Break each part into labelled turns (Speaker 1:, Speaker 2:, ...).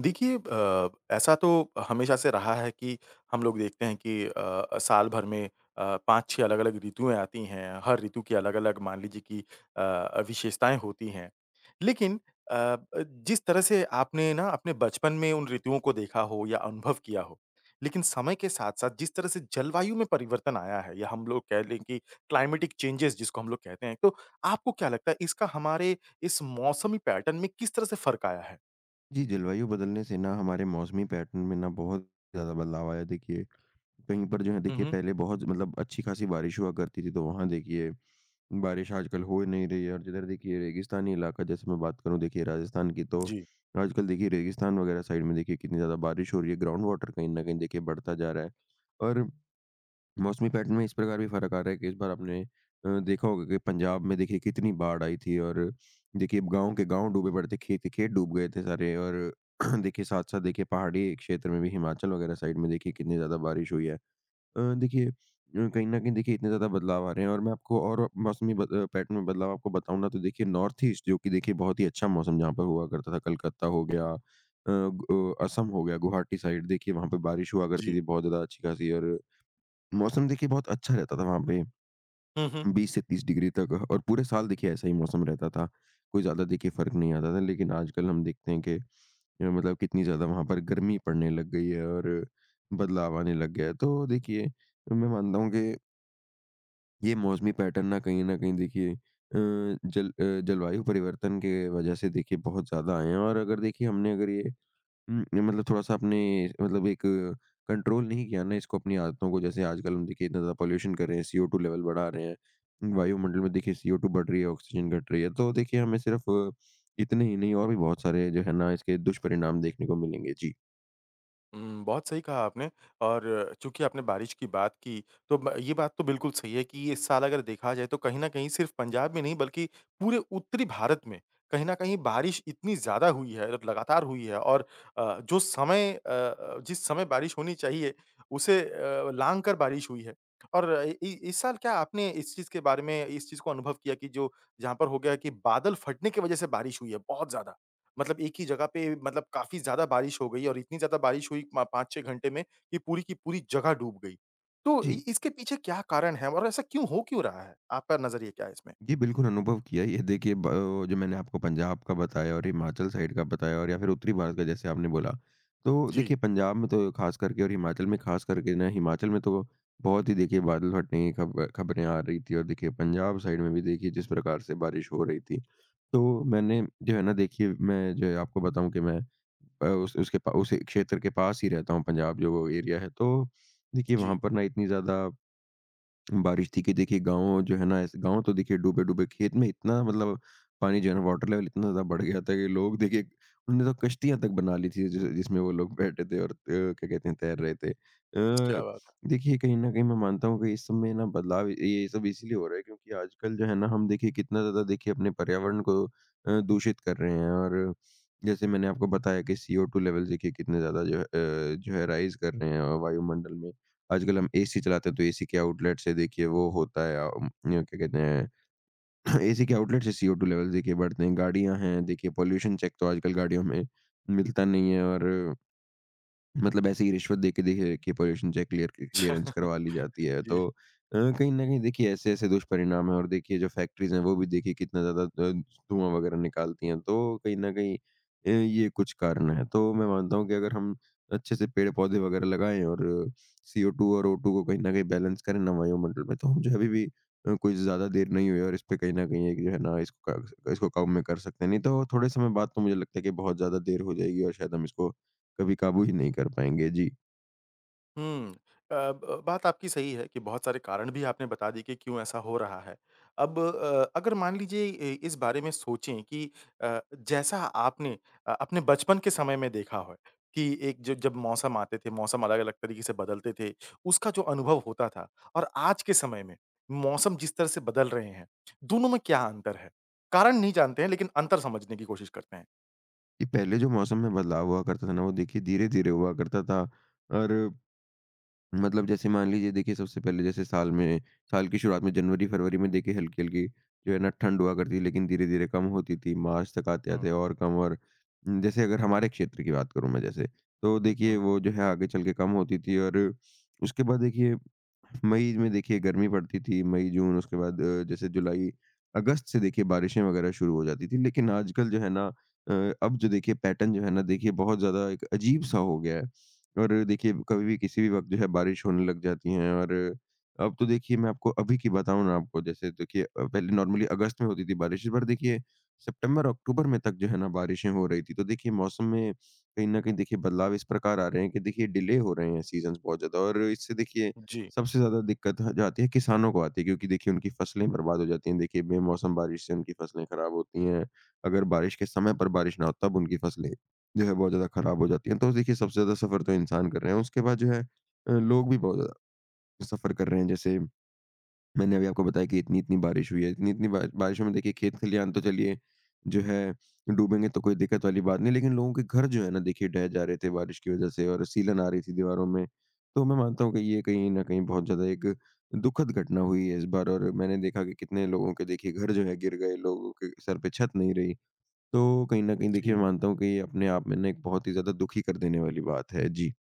Speaker 1: देखिए ऐसा तो हमेशा से रहा है कि हम लोग देखते हैं कि साल भर में 5-6 अलग-अलग ऋतुएँ आती हैं। हर ऋतु की अलग-अलग मान लीजिए कि विशेषताएँ होती हैं। लेकिन अ, ब जिस तरह से आपने ना अपने बचपन में उन ऋतुओं को देखा हो या अनुभव किया हो, लेकिन समय के साथ-साथ जिस तरह से जलवायु में परिवर्तन आया है या हम लोग कह लें कि क्लाइमेटिक चेंजेज़ जिसको हम लोग कहते हैं, तो आपको क्या लगता है इसका हमारे इस मौसमी पैटर्न में किस तरह से फ़र्क आया है?
Speaker 2: जी, जलवायु बदलने से ना हमारे मौसमी पैटर्न में ना बहुत ज़्यादा बदलाव आया। देखिए, कहीं पर जो है
Speaker 1: हुँ,
Speaker 2: देखिए
Speaker 1: हुँ।
Speaker 2: पहले बहुत मतलब अच्छी खासी बारिश हुआ करती थी, तो वहाँ देखिए बारिश आजकल हो ही नहीं रही है, और जिधर देखिए रेगिस्तानी इलाका जैसे मैं बात करूँ देखिए राजस्थान की, तो
Speaker 1: जी।
Speaker 2: आजकल देखिए रेगिस्तान वगैरह साइड में देखिए कितनी ज़्यादा बारिश हो रही है, ग्राउंड वाटर कहीं न कहीं देखिए बढ़ता जा रहा है। और मौसमी पैटर्न में इस प्रकार भी फ़र्क आ रहा है कि इस बार आपने देखा होगा कि पंजाब में देखिए कितनी बाढ़ आई थी, और देखिए गाँव के गाँव डूबे पड़े थे, खेत के खेत डूब गए थे सारे। और देखिए साथ-साथ देखिए पहाड़ी क्षेत्र में भी हिमाचल वगैरह साइड में देखिए कितनी ज़्यादा बारिश हुई है। देखिए, कहीं न कहीं देखिए इतने ज़्यादा बदलाव आ रहे हैं, और मैं आपको और मौसमी पैटर्न में बदलाव आपको बताऊँ ना, तो देखिए नॉर्थ ईस्ट जो कि देखिए बहुत ही अच्छा मौसम जहाँ पर हुआ करता था, कलकत्ता हो गया, अ, ग असम हो गया, गुवाहाटी साइड देखिए वहाँ पे बारिश हुआ करती
Speaker 1: जी।
Speaker 2: थी बहुत ज़्यादा अच्छी-खासी, और मौसम देखिए बहुत अच्छा रहता था वहाँ पे,
Speaker 1: हुँ, हुँ।
Speaker 2: 20 से 30 डिग्री तक, और पूरे साल देखिए ऐसा ही मौसम रहता था। कोई ज़्यादा देखिए फ़र्क नहीं आता था, लेकिन आजकल हम देखते हैं कि मतलब कितनी ज़्यादा वहाँ पर गर्मी पड़ने लग गई है, और बदलाव आने लग गया है। तो देखिए, मैं मानता हूँ कि ये मौसमी पैटर्न ना कहीं न कहीं देखिए जलवायु परिवर्तन के वजह से देखिए बहुत ज़्यादा आए हैं, और अगर देखिए हमने अगर ये मतलब थोड़ा-सा आपने मतलब एक कंट्रोल नहीं किया ना इसको, अपनी आदतों को, जैसे आजकल हम देखिए इतना ज़्यादा पॉल्यूशन कर रहे हैं, सीओ2 लेवल बढ़ा रहे हैं, वायुमंडल में देखिए सीओ2 बढ़ रही है, ऑक्सीजन घट रही है, तो देखिए हमें सिर्फ़ इतने ही नहीं, और भी बहुत सारे जो है ना इसके दुष्परिणाम देखने को मिलेंगे। जी,
Speaker 1: बहुत सही कहा आपने और चूँकि आपने बारिश की बात की, तो ब ये बात तो बिल्कुल सही है कि इस साल अगर देखा जाए तो कहीं न कहीं सिर्फ़ पंजाब में नहीं बल्कि पूरे उत्तरी भारत में कहीं न कहीं बारिश इतनी ज़्यादा हुई है और लगातार हुई है और अ, जो समय अ अ, जिस समय बारिश होनी चाहिए उसे लाँघ कर बारिश हुई है। और अ, इ इ इस साल क्या आपने इस चीज़ के बारे में इस चीज़ को अनुभव किया कि जो जहाँ पर हो गया कि बादल फटने की वज़ह से बारिश हुई है बहुत ज़्यादा? मतलब एक ही जगह पे मतलब काफ़ी ज़्यादा बारिश हो गई और इतनी ज़्यादा बारिश हुई मा 5-6 घंटे में कि पूरी की पूरी जगह डूब गई। तो इ
Speaker 2: जी।
Speaker 1: इसके पीछे क्या कारण है और ऐसा क्यों हो क्यों रहा है? आपका नज़रिया क्या है इसमें?
Speaker 2: जी, बिल्कुल अनुभव किया है। ये देखिए जो मैंने आपको पंजाब का बताया और हिमाचल साइड का बताया, और या फिर उत्तरी भारत का जैसे आपने बोला। तो
Speaker 1: जी,
Speaker 2: देखिए पंजाब में तो ख़ास करके, और हिमाचल में ख़ास करके, ना हिमाचल में तो बहुत ही देखिए बादल फटने की खब खबरें आ रही थी, और देखिए पंजाब साइड में भी देखिए जिस प्रकार से बारिश हो रही थी। तो मैंने जो है ना देखिए, मैं जो है आपको बताऊँ कि मैं अ, उस उसके पा उस क्षेत्र के पास ही रहता हूँ, पंजाब जो वो एरिया है। तो देखिए
Speaker 1: जी।
Speaker 2: वहाँ पर ना इतनी ज़्यादा बारिश थी कि देखिए गाँव जो है ना ऐसे गाँव तो देखिए डूबे-डूबे, खेत में इतना मतलब पानी जो है ना वाटर लेवल इतना ज़्यादा बढ़ गया था कि लोग देखिए उन्होंने तो कश्तियाँ तक बना ली थी, जि जिसमें वो लोग बैठे थे और क्या कहते हैं तैर रहे थे।
Speaker 1: क्या बात है!
Speaker 2: देखिए, कहीं न कहीं मैं मानता हूँ कि इस सब में ना बदलाव ये सब इसीलिए हो रहा है क्योंकि आजकल जो है ना हम देखिए कितना ज़्यादा देखिए अपने पर्यावरण को दूषित कर रहे हैं। और जैसे मैंने आपको बताया कि सीओ2 लेवल देखिए कितने ज़्यादा जो है जो है राइज़ कर रहे हैं वायुमंडल में। आजकल हम एसी चलाते हैं, तो एसी के आउटलेट से देखिए वो होता है ये क्या कहते हैं, एसी के आउटलेट से सीओ2 लेवल्स देखिए बढ़ते हैं। गाड़ियाँ हैं देखिए, पॉल्यूशन चेक तो आजकल गाड़ियों में मिलता नहीं है, और मतलब ऐसे ही रिश्वत दे के देखिए कि पोल्यूशन चेक क्लियरेंस
Speaker 1: अच्छा।
Speaker 2: करवा ली जाती है।
Speaker 1: जी।
Speaker 2: तो कहीं न कहीं देखिए ऐसे-ऐसे दुष्परिणाम हैं, और देखिए जो फैक्ट्रीज़ हैं वो भी देखिए कितना ज़्यादा अ, धुआँ वग़ैरह निकालती हैं। तो कहीं न कहीं ये कुछ कारण हैं। तो मैं मानता हूँ कि अगर हम अच्छे से पेड़-पौधे वग़ैरह लगाएँ और सीओ2 और ओ2 को कहीं न कहीं बैलेंस करें ना वायुमंडल में, तो हम जो है अभी भी कुछ ज़्यादा देर नहीं हुई, और इस पे कहीं न कहीं एक जो है ना, इसको क इसको काबू में कर सकते हैं। नहीं तो थोड़े समय बाद तो मुझे लगता है कि बहुत ज़्यादा देर हो जाएगी, और शायद हम इसको कभी काबू ही नहीं कर पाएँगे। जी।
Speaker 1: हुँ। अ, ब बात आपकी सही है कि बहुत सारे कारण भी आपने बता दिए कि क्यों ऐसा हो रहा है। अब अगर मान लीजिए इ इस बारे में सोचें कि अ, जैसा आपने अपने बचपन के समय में देखा हो कि एक ज जब मौसम आते थे, मौसम अलग-अलग तरीके से बदलते थे, उसका जो अनुभव होता था और आज के समय में मौसम जिस तरह से बदल रहे हैं, दोनों में क्या अंतर है? कारण नहीं जानते हैं लेकिन अंतर समझने की कोशिश करते हैं।
Speaker 2: ये पहले जो मौसम में बदलाव हुआ करता था ना, वो देखिए धीरे-धीरे हुआ करता था, और मतलब जैसे मान लीजिए देखिए सबसे पहले जैसे साल में, साल की शुरुआत में, जनवरी-फरवरी में देखिए हल्की-हल्की जो है ना ठंड हुआ करती थी, लेकिन धीरे-धीरे कम होती थी। मार्च तक आते-आते
Speaker 1: हुँ,
Speaker 2: और कम, और न, जैसे अगर हमारे क्षेत्र की बात करूँ मैं जैसे, तो देखिए
Speaker 1: हुँ।
Speaker 2: वो जो है आगे चल के कम होती थी, और उसके बाद देखिए मई में देखिए गर्मी पड़ती थी, मई-जून, उसके बाद जैसे जुलाई अगस्त से देखिए बारिशें वगैरह शुरू हो जाती थी। लेकिन आजकल जो है ना, अब जो देखिए पैटर्न जो है ना देखिए बहुत ज़्यादा एक अजीब-सा हो गया है। और देखिए, कभी भी किसी भी वक़्त जो है बारिश होने लग जाती हैं, और अब तो देखिए मैं आपको अभी की बताऊँ ना, आपको जैसे देखिए, पहले नॉर्मली अगस्त में होती थी बारिश, इस बार देखिए सितंबर-अक्टूबर में तक जो है ना बारिशें हो रही थी। तो देखिए मौसम में कहीं न कहीं देखिए बदलाव इस प्रकार आ रहे हैं कि देखिए डिले हो रहे हैं सीज़न्स बहुत ज़्यादा, और इससे देखिए
Speaker 1: जी,
Speaker 2: सबसे ज़्यादा दिक्कत ह जो आती है किसानों को आती है, क्योंकि देखिए उनकी फसलें बर्बाद हो जाती हैं। देखिए बेमौसम बारिश से उनकी फसलें खराब होती हैं। अगर बारिश के समय पर बारिश ना हो, तब उनकी फसलें जो है बहुत ज़्यादा खराब हो जाती है। तो देखिए सबसे ज़्यादा सफ़र तो इंसान कर रहे हैं, उसके बाद जो है लोग भी बहुत ज़्यादा सफ़र कर रहे हैं। जैसे मैंने अभी आपको बताया कि इतनी-इतनी बारिश हुई है, इतनी-इतनी बा बारिशों में देखिए खेत खलियान तो चलिए जो है डूबेंगे, तो कोई दिक्कत वाली बात नहीं, लेकिन लोगों के घर जो है ना देखिए ढह जा रहे थे बारिश की वज़ह से, और सीलन आ रही थी दीवारों में। तो मैं मानता हूँ कि ये कहीं न कहीं बहुत ज़्यादा एक दुखद घटना हुई है इस बार, और मैंने देखा कि कितने लोगों के देखिए घर जो है गिर गए, लोगों के सर पे छत नहीं रही। तो कहीं न कहीं देखिए
Speaker 1: जी।
Speaker 2: मैं मानता हूँ कि ये अपने आप में ना एक बहुत ही ज़्यादा दुखी कर देने वाली बात है। जी।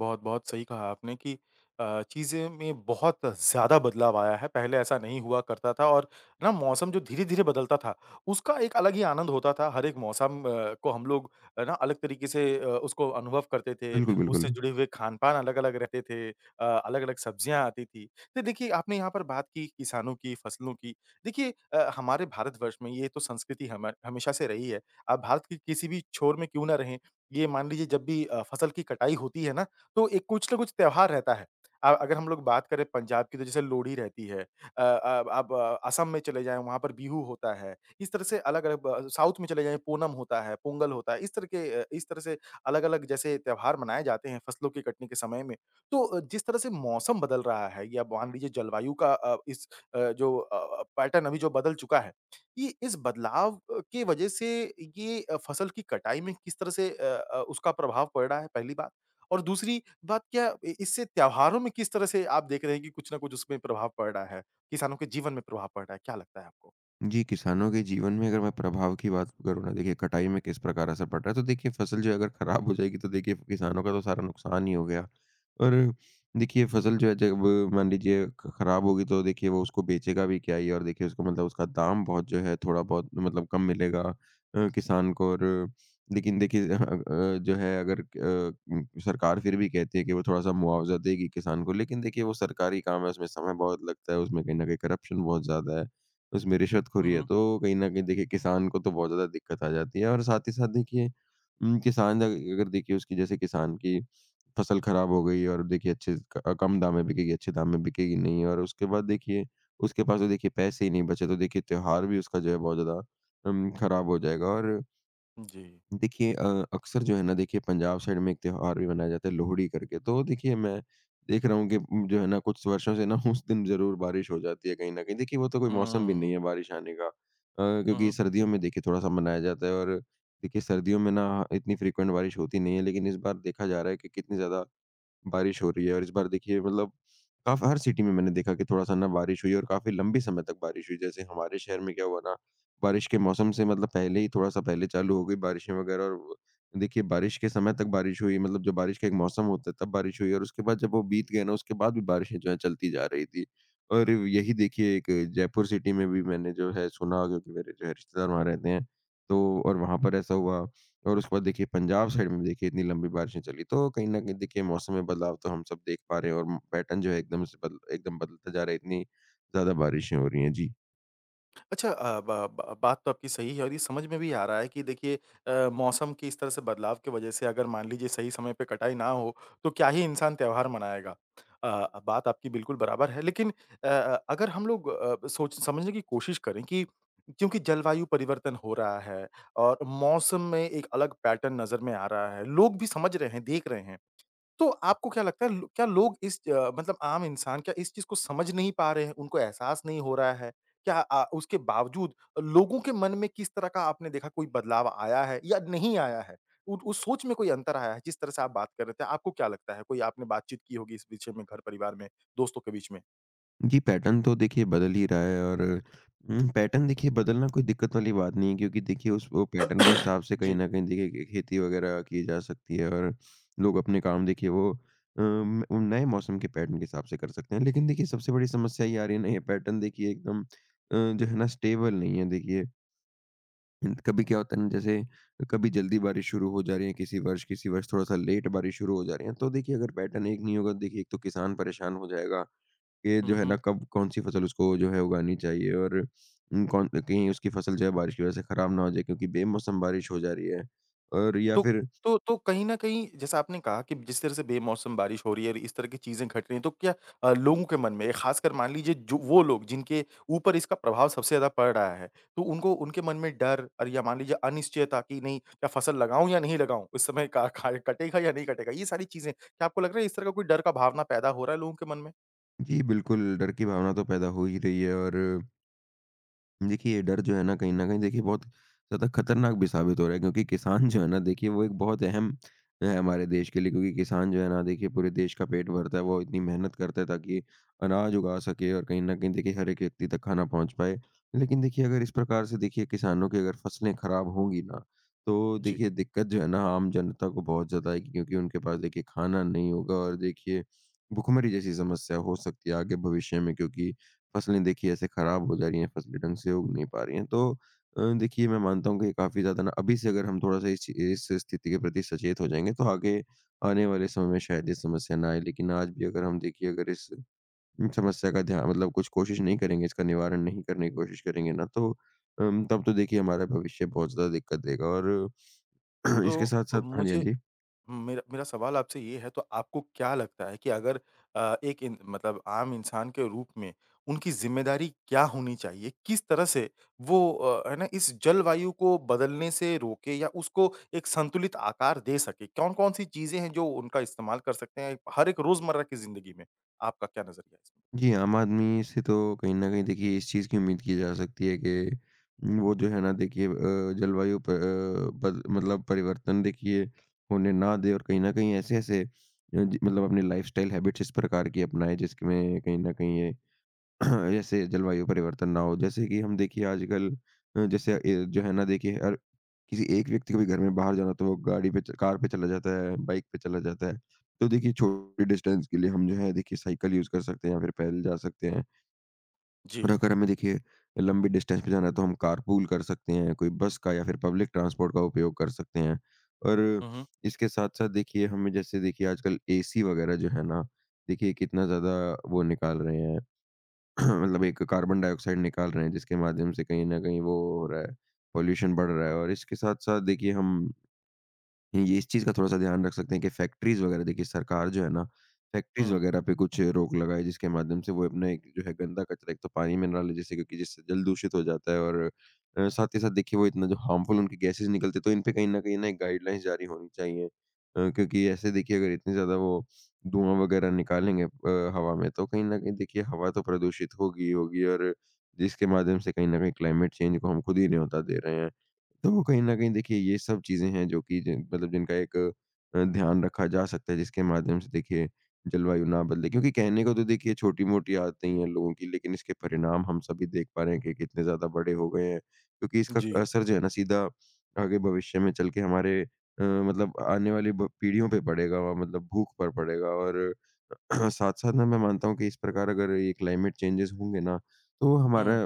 Speaker 1: बहुत-बहुत सही कहा आपने कि चीज़ें में बहुत ज़्यादा बदलाव आया है, पहले ऐसा नहीं हुआ करता था और ना मौसम जो धीरे-धीरे बदलता था, उसका एक अलग ही आनंद होता था। हर एक मौसम को हम लोग ना अलग तरीके से उसको अनुभव करते थे,
Speaker 2: बिल्कुल, बिल्कुल।
Speaker 1: उससे जुड़े हुए खान-पान अलग-अलग रहते थे अलग-अलग सब्जियाँ आती थी। तो देखिए, आपने यहाँ पर बात की किसानों की, फसलों की। देखिए हमारे भारतवर्ष में ये तो संस्कृति हम हमेशा से रही है। आप भारत के किसी भी छोर में क्यों ना रहें, ये मान लीजिए जब भी फसल की कटाई होती है ना तो एक कुछ ना कुछ त्योहार रहता है। अगर हम लोग बात करें पंजाब की तो जैसे लोहड़ी रहती है। अब आप असम में चले जाएँ वहाँ पर बिहू होता है। इस तरह से अलग-अलग ब साउथ में चले जाएँ पूनम होता है, पोंगल होता है। इस तरह से अलग-अलग जैसे त्योहार मनाए जाते हैं फसलों के कटने के समय में। तो जिस तरह से मौसम बदल रहा है या मान लीजिए जलवायु का इस पैटर्न अभी जो बदल चुका है। ये इस बदलाव की वजह से ये फसल की कटाई में किस तरह से उसका प्रभाव पड़ रहा है पहली बात? और दूसरी बात क्या इ इससे त्योहारों में किस तरह से आप देख रहे हैं कि कुछ न कुछ उसमें प्रभाव पड़ रहा है? किसानों के जीवन में प्रभाव पड़ रहा है, क्या लगता है आपको?
Speaker 2: जी, किसानों के जीवन में अगर मैं प्रभाव की बात करूँ ना, देखिए कटाई में किस प्रकार असर पड़ रहा है, तो देखिए फ़सल जो है अगर ख़राब हो जाएगी, तो देखिए किसानों का तो सारा नुकसान ही हो गया। और देखिए फ़सल जो है जब मान लीजिए ख ख़राब होगी, तो देखिए वो उसको बेचेगा भी क्या ही, और देखिए उसको मतलब उसका दाम बहुत जो है थोड़ा बहुत मतलब कम मिलेगा किसान को, और लेकिन देखिए जो है अगर सरकार फिर भी कहती है कि वो थोड़ा-सा मुआवज़ा देगी किसान को, लेकिन देखिए वो सरकारी काम है, उसमें समय बहुत लगता है, उसमें कहीं न कहीं करप्शन बहुत ज़्यादा है। उसमें
Speaker 1: हुँ,
Speaker 2: रिश्वतखोरी है,
Speaker 1: हुँ।
Speaker 2: तो कहीं न कहीं देखिए किसान को तो बहुत ज़्यादा दिक्कत आ जाती है, और साथ ही साथ देखिए किसान ज अगर देखिए उसकी, जैसे किसान की फसल खराब हो गई और देखिए अच्छे क कम दाम में बिकेगी, अच्छे दाम में बिकेगी नहीं, और उसके बाद देखिए उसके पास तो देखिए पैसे ही नहीं बचे, तो देखिए त्योहार भी उसका जो है बहुत ज़्यादा खराब हो जाएगा, और
Speaker 1: जी।
Speaker 2: देखिए अक्सर जो है ना देखिए पंजाब साइड में एक त्योहार भी मनाया जाता है, लोहड़ी करके। तो देखिए मैं देख रहा हूँ कि जो है ना कुछ वर्षों से ना उस दिन ज़रूर बारिश हो जाती है कहीं न कहीं। देखिए वो तो कोई मौसम भी नहीं
Speaker 1: हुँ।
Speaker 2: है बारिश आने का,
Speaker 1: हुँ,
Speaker 2: क्योंकि
Speaker 1: हुँ।
Speaker 2: सर्दियों में देखिए थोड़ा-सा मनाया जाता है, और देखिए सर्दियों में ना इतनी फ्रीक्वेंट बारिश होती नहीं है। लेकिन इस बार देखा जा रहा है कि कितनी ज़्यादा बारिश हो रही है, और इस बार देखिए मतलब काफ़ी हर सिटी में मैंने देखा कि थोड़ा-सा ना बारिश हुई और काफ़ी लंबे समय तक बारिश हुई। जैसे हमारे शहर में क्या हुआ ना, बारिश के मौसम से मतलब पहले ही थोड़ा-सा पहले चालू हो गई बारिशें वगैरह, और वो देखिए बारिश के समय तक बारिश हुई, मतलब जो बारिश का एक मौसम होता है तब बारिश हुई, और उसके बाद जब वो बीत गया ना, उसके बाद भी बारिशें जो हैं चलती जा रही थी। और यही देखिए एक जयपुर सिटी में भी मैंने जो है सुना, क्योंकि मेरे जो है रिश्तेदार वहाँ रहते हैं, तो और वहाँ पर ऐसा हुआ। और उसके बाद देखिए पंजाब साइड में भी देखिए इतनी लंबी बारिशें चली, तो कहीं न कहीं देखिए मौसम में बदलाव तो हम सब देख पा रहे हैं और पैटर्न जो है एकदम से बद एकदम बदलता जा रहा है, इतनी ज़्यादा बारिशें हो रही हैं। जी।
Speaker 1: अच्छा अ, ब ब बात तो आपकी सही है और ये समझ में भी आ रहा है कि देखिए मौसम के इस तरह से बदलाव की वजह से अगर मान लीजिए सही समय पे कटाई ना हो, तो क्या ही इंसान त्योहार मनाएगा। बात आपकी बिल्कुल बराबर है लेकिन अगर हम लोग सोच समझने की कोशिश करें कि क्योंकि जलवायु परिवर्तन हो रहा है और मौसम में एक अलग पैटर्न नज़र में आ रहा है, लोग भी समझ रहे हैं, देख रहे हैं। तो आपको क्या लगता है लो क्या लोग इस मतलब आम इंसान क्या इस चीज़ को समझ नहीं पा रहे हैं, उनको एहसास नहीं हो रहा है? क्या उसके बावजूद लोगों के मन में किस तरह का आपने देखा कोई बदलाव आया है या नहीं आया है? उ उस सोच में कोई अंतर आया है जिस तरह से आप बात कर रहे थे, आपको क्या लगता है? कोई आपने बातचीत की होगी इस विषय में घर परिवार में, दोस्तों के बीच में?
Speaker 2: जी, पैटर्न तो देखिए बदल ही रहा है और पैटर्न देखिए बदलना कोई दिक्कत वाली बात नहीं है, क्योंकि देखिए उस वो पैटर्न के हिसाब से कहीं
Speaker 1: जी।
Speaker 2: न कहीं देखिए खे खेती वगैरह की जा सकती है और लोग अपने काम देखिए वो उन नए मौसम के पैटर्न के हिसाब से कर सकते हैं। लेकिन देखिए सबसे बड़ी समस्या ये आ रही है ना, ये पैटर्न देखिए एकदम जो है ना स्टेबल नहीं है देखिए। कभी क्या होता है ना, जैसे कभी जल्दी बारिश शुरू हो जा रही है, किसी वर्ष थोड़ा सा लेट बारिश शुरू हो जा रही है, तो देखिए अगर पैटर्न एक नहीं होगा देखिए, एक तो किसान परेशान हो जाएगा कि
Speaker 1: हुँ,
Speaker 2: जो है
Speaker 1: हुँ।
Speaker 2: ना कब कौन सी फसल उसको जो है उगानी चाहिए, और कौन कहीं उसकी फसल जो है बारिश की वजह से खराब ना हो जाए, क्योंकि बेमौसम बारिश हो जा रही है और या
Speaker 1: तो
Speaker 2: फिर।
Speaker 1: तो कहीं न कहीं जैसा आपने कहा कि जिस तरह से बेमौसम बारिश हो रही है और इस तरह की चीज़ें घट रही हैं, तो क्या लोगों के मन में खासकर मान लीजिए जो वो लोग जिनके ऊपर इसका प्रभाव सबसे ज़्यादा पड़ रहा है, तो उनको उनके मन में डर और या मान लीजिए अनिश्चयता कि नहीं क्या फसल लगाऊँ या नहीं लगाऊँ? इस समय का खा कटेगा या नहीं कटेगा? ये सारी चीज़ें, क्या आपको लग रहा है इस तरह का कोई डर का भावना पैदा हो रहा है लोगों के मन में?
Speaker 2: जी बिल्कुल, डर की भावना तो पैदा हो ही रही है, और देखिए, ये डर जो है ना कहीं न कहीं देखिए बहुत ज़्यादा खतरनाक भी साबित हो रहा है, क्योंकि किसान जो है ना देखिए वो एक बहुत अहम है हमारे देश के लिए, क्योंकि किसान जो है ना देखिए पूरे देश का पेट भरता है, वो इतनी मेहनत करता है ताकि अनाज उगा सके और कहीं न कहीं देखिए हर एक व्यक्ति तक खाना पहुँच पाए। लेकिन देखिए अगर इस प्रकार से देखिए किसानों की अगर फसलें खराब होंगी ना, तो
Speaker 1: जी।
Speaker 2: देखिए दिक्कत जो है ना आम जनता को बहुत ज़्यादा आएगी, क्योंकि उनके पास देखिए खाना नहीं होगा और देखिए भुखमरी जैसी समस्या हो सकती है आगे भविष्य में, क्योंकि फसलें देखिए ऐसे खराब हो जा रही हैं, फसलें ढंग से उग नहीं पा रही हैं। तो देखिए मैं मानता हूँ कि काफ़ी ज़्यादा ना अभी से अगर हम थोड़ा-सा इस स्थिति के प्रति सचेत हो जाएँगे तो आगे आने वाले समय में शायद ये समस्या ना आए। लेकिन आज भी अगर हम देखिए अगर इस समस्या का ध्या मतलब कुछ कोशिश नहीं करेंगे, इसका निवारण नहीं करने की कोशिश करेंगे ना, तो तब तो देखिए हमारा भविष्य बहुत ज़्यादा दिक्कत देगा और
Speaker 1: तो
Speaker 2: इसके साथ-साथ, हाँ जी, हाँ
Speaker 1: मुझे
Speaker 2: जी।
Speaker 1: मेरा मेरा सवाल आपसे ये है, तो आपको क्या लगता है कि अगर एक इन मतलब आम इंसान के रूप में उनकी ज़िम्मेदारी क्या होनी चाहिए? किस तरह से वो है ना, इस जलवायु को बदलने से रोके या उसको एक संतुलित आकार दे सके? कौन-कौन सी चीज़ें हैं जो उनका इस्तेमाल कर सकते हैं हर एक रोज़मर्रा की ज़िंदगी में? आपका क्या नज़रिया है इसमें?
Speaker 2: जी, आम आदमी से तो कहीं न कहीं देखिए इस चीज़ की उम्मीद की जा सकती है कि वो जो है ना देखिए जलवायु प अ, बद मतलब परिवर्तन देखिए होने ना दें, और कहीं न कहीं ऐसे-ऐसे जी मतलब अपनी लाइफ़स्टाइल हैबिट्स इस प्रकार की अपनाएँ जिसमें कहीं न कहीं ये जैसे जलवायु परिवर्तन ना हो। जैसे कि हम देखिए आजकल जो है ना देखिए हर किसी एक व्यक्ति को भी घर में बाहर जाना हो तो वो गाड़ी पे च कार पे चला जाता है, बाइक पे चला जाता है। तो देखिए छोटे डिस्टेंस के लिए हम जो है देखिए साइकिल यूज़ कर सकते हैं या फिर पैदल जा सकते हैं। और
Speaker 1: जी।
Speaker 2: अगर हमें देखिए लंबी डिस्टेंस पे जाना है, तो हम कारपूल कर सकते हैं, कोई बस का या फिर पब्लिक ट्रांसपोर्ट का उपयोग कर सकते हैं। और
Speaker 1: हुँ, हुँ।
Speaker 2: इसके साथ-साथ देखिए हमें, जैसे देखिए आजकल एसी वगैरह जो है ना देखिए कितना ज़्यादा वो निकाल रहे हैं। मतलब एक कार्बन डाइऑक्साइड निकाल रहे हैं जिसके माध्यम से कहीं न कहीं वो हो रहा है, पॉल्यूशन बढ़
Speaker 1: हुँ,
Speaker 2: रहा है,
Speaker 1: हुँ।
Speaker 2: और इसके साथ-साथ देखिए हम ये इस चीज़ का थोड़ा-सा ध्यान रख सकते हैं कि फैक्ट्रीज़ वगैरह देखिए सरकार जो है ना, फैक्ट्रीज़
Speaker 1: हुँ।
Speaker 2: वगैरह पे कुछ रोक लगाए, जिसके माध्यम से वो अपने एक जो है गंदा कचरा एक तो पानी में ना ले जैसे, क्योंकि जिससे जल दूषित हो जाता है, और साथ ही साथ देखिए वो इतना जो हार्मफुल उनकी गैसेज़ निकलती हैं, तो इन पे कहीं न कहीं ना एक गाइडलाइंस जारी होनी चाहिए। क्योंकि ऐसे देखिए अगर इतनी ज़्यादा वो धुआँ वगैरह निकालेंगे हवा में, तो कहीं न कहीं देखिए हवा तो प्रदूषित होगी ही होगी, और जिसके माध्यम से कहीं न कहीं क्लाइमेट चेंज को हम खुद ही न्योता दे रहे हैं। तो कहीं न कहीं देखिए ये सब चीज़ें हैं जो कि जिन मतलब जिनका एक ध्यान रखा जा सकता है, जिसके माध्यम से देखिए जलवायु ना बदले। क्योंकि कहने को तो देखिए छोटी-मोटी आदतें ही हैं लोगों की, लेकिन इसके परिणाम हम सभी देख पा रहे हैं कि कितने ज़्यादा बड़े हो गए हैं। क्योंकि इसका
Speaker 1: जी।
Speaker 2: असर जो है ना सीधा आगे भविष्य में चल के हमारे मतलब आने वाली ब पीढ़ियों पे पड़ेगा, और मतलब भूख पर पड़ेगा और साथ-साथ ना मैं मानता हूँ कि इस प्रकार अगर ये क्लाइमेट चेंजेज़ होंगे ना, तो
Speaker 1: हुँ,
Speaker 2: हमारा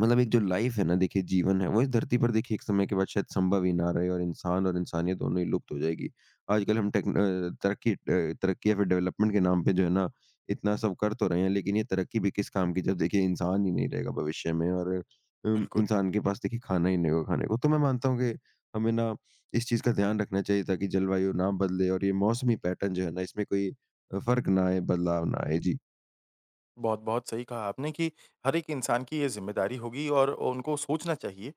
Speaker 2: मतलब एक जो लाइफ है ना देखिए जीवन है वो इस धरती पर देखिए एक समय के बाद शायद संभव ही ना रहे, और इंसान और इंसानियत दोनों ही लुप्त हो जाएगी। आजकल हम टेक्न अ, तरक्की या फिर डेवलपमेंट के नाम पे जो है ना इतना सब कर तो रहे हैं, लेकिन ये तरक्की भी किस काम की जब देखिए इंसान ही नहीं रहेगा भविष्य में और
Speaker 1: बिल्कुल।
Speaker 2: इंसान के पास देखिए खाना ही नहीं होगा खाने को। तो मैं मानता हूँ कि हमें ना इस चीज़ का ध्यान रखना चाहिए ताकि जलवायु ना बदले, और ये मौसमी पैटर्न जो है ना इसमें कोई फ़र्क ना आए, बदलाव ना आए। जी।
Speaker 1: बहुत, बहुत सही कहा आपने कि हर एक इंसान की ये ज़िम्मेदारी होगी और उनको सोचना चाहिए।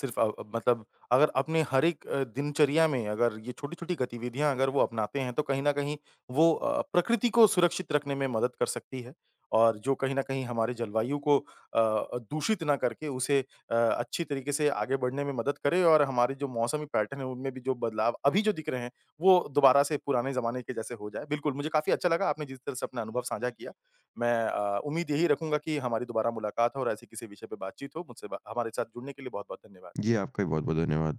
Speaker 1: सिर्फ़ मतलब अगर अपने हर एक दिनचर्या में अगर ये छोटी-छोटी गतिविधियाँ अगर वो अपनाते हैं, तो कहीं न कहीं वो प्रकृति को सुरक्षित रखने में मदद कर सकती है। और जो कहीं न कहीं हमारे जलवायु को दूषित ना करके उसे अच्छी तरीके से आगे बढ़ने में मदद करे और हमारे जो मौसमी पैटर्न है, उनमें भी जो बदलाव अभी जो दिख रहे हैं, वो दोबारा से पुराने ज़माने के जैसे हो जाए। बिल्कुल, मुझे काफ़ी अच्छा लगा आपने जिस तरह से अपना अनुभव साझा किया। मैं उम्मीद यही रखूँगा कि हमारी दोबारा मुलाकात हो और ऐसी किसी विषय पे बातचीत हो। मुझसे बा हमारे साथ जुड़ने के लिए बहुत-बहुत धन्यवाद।
Speaker 2: जी, आपका भी बहुत-बहुत धन्यवाद।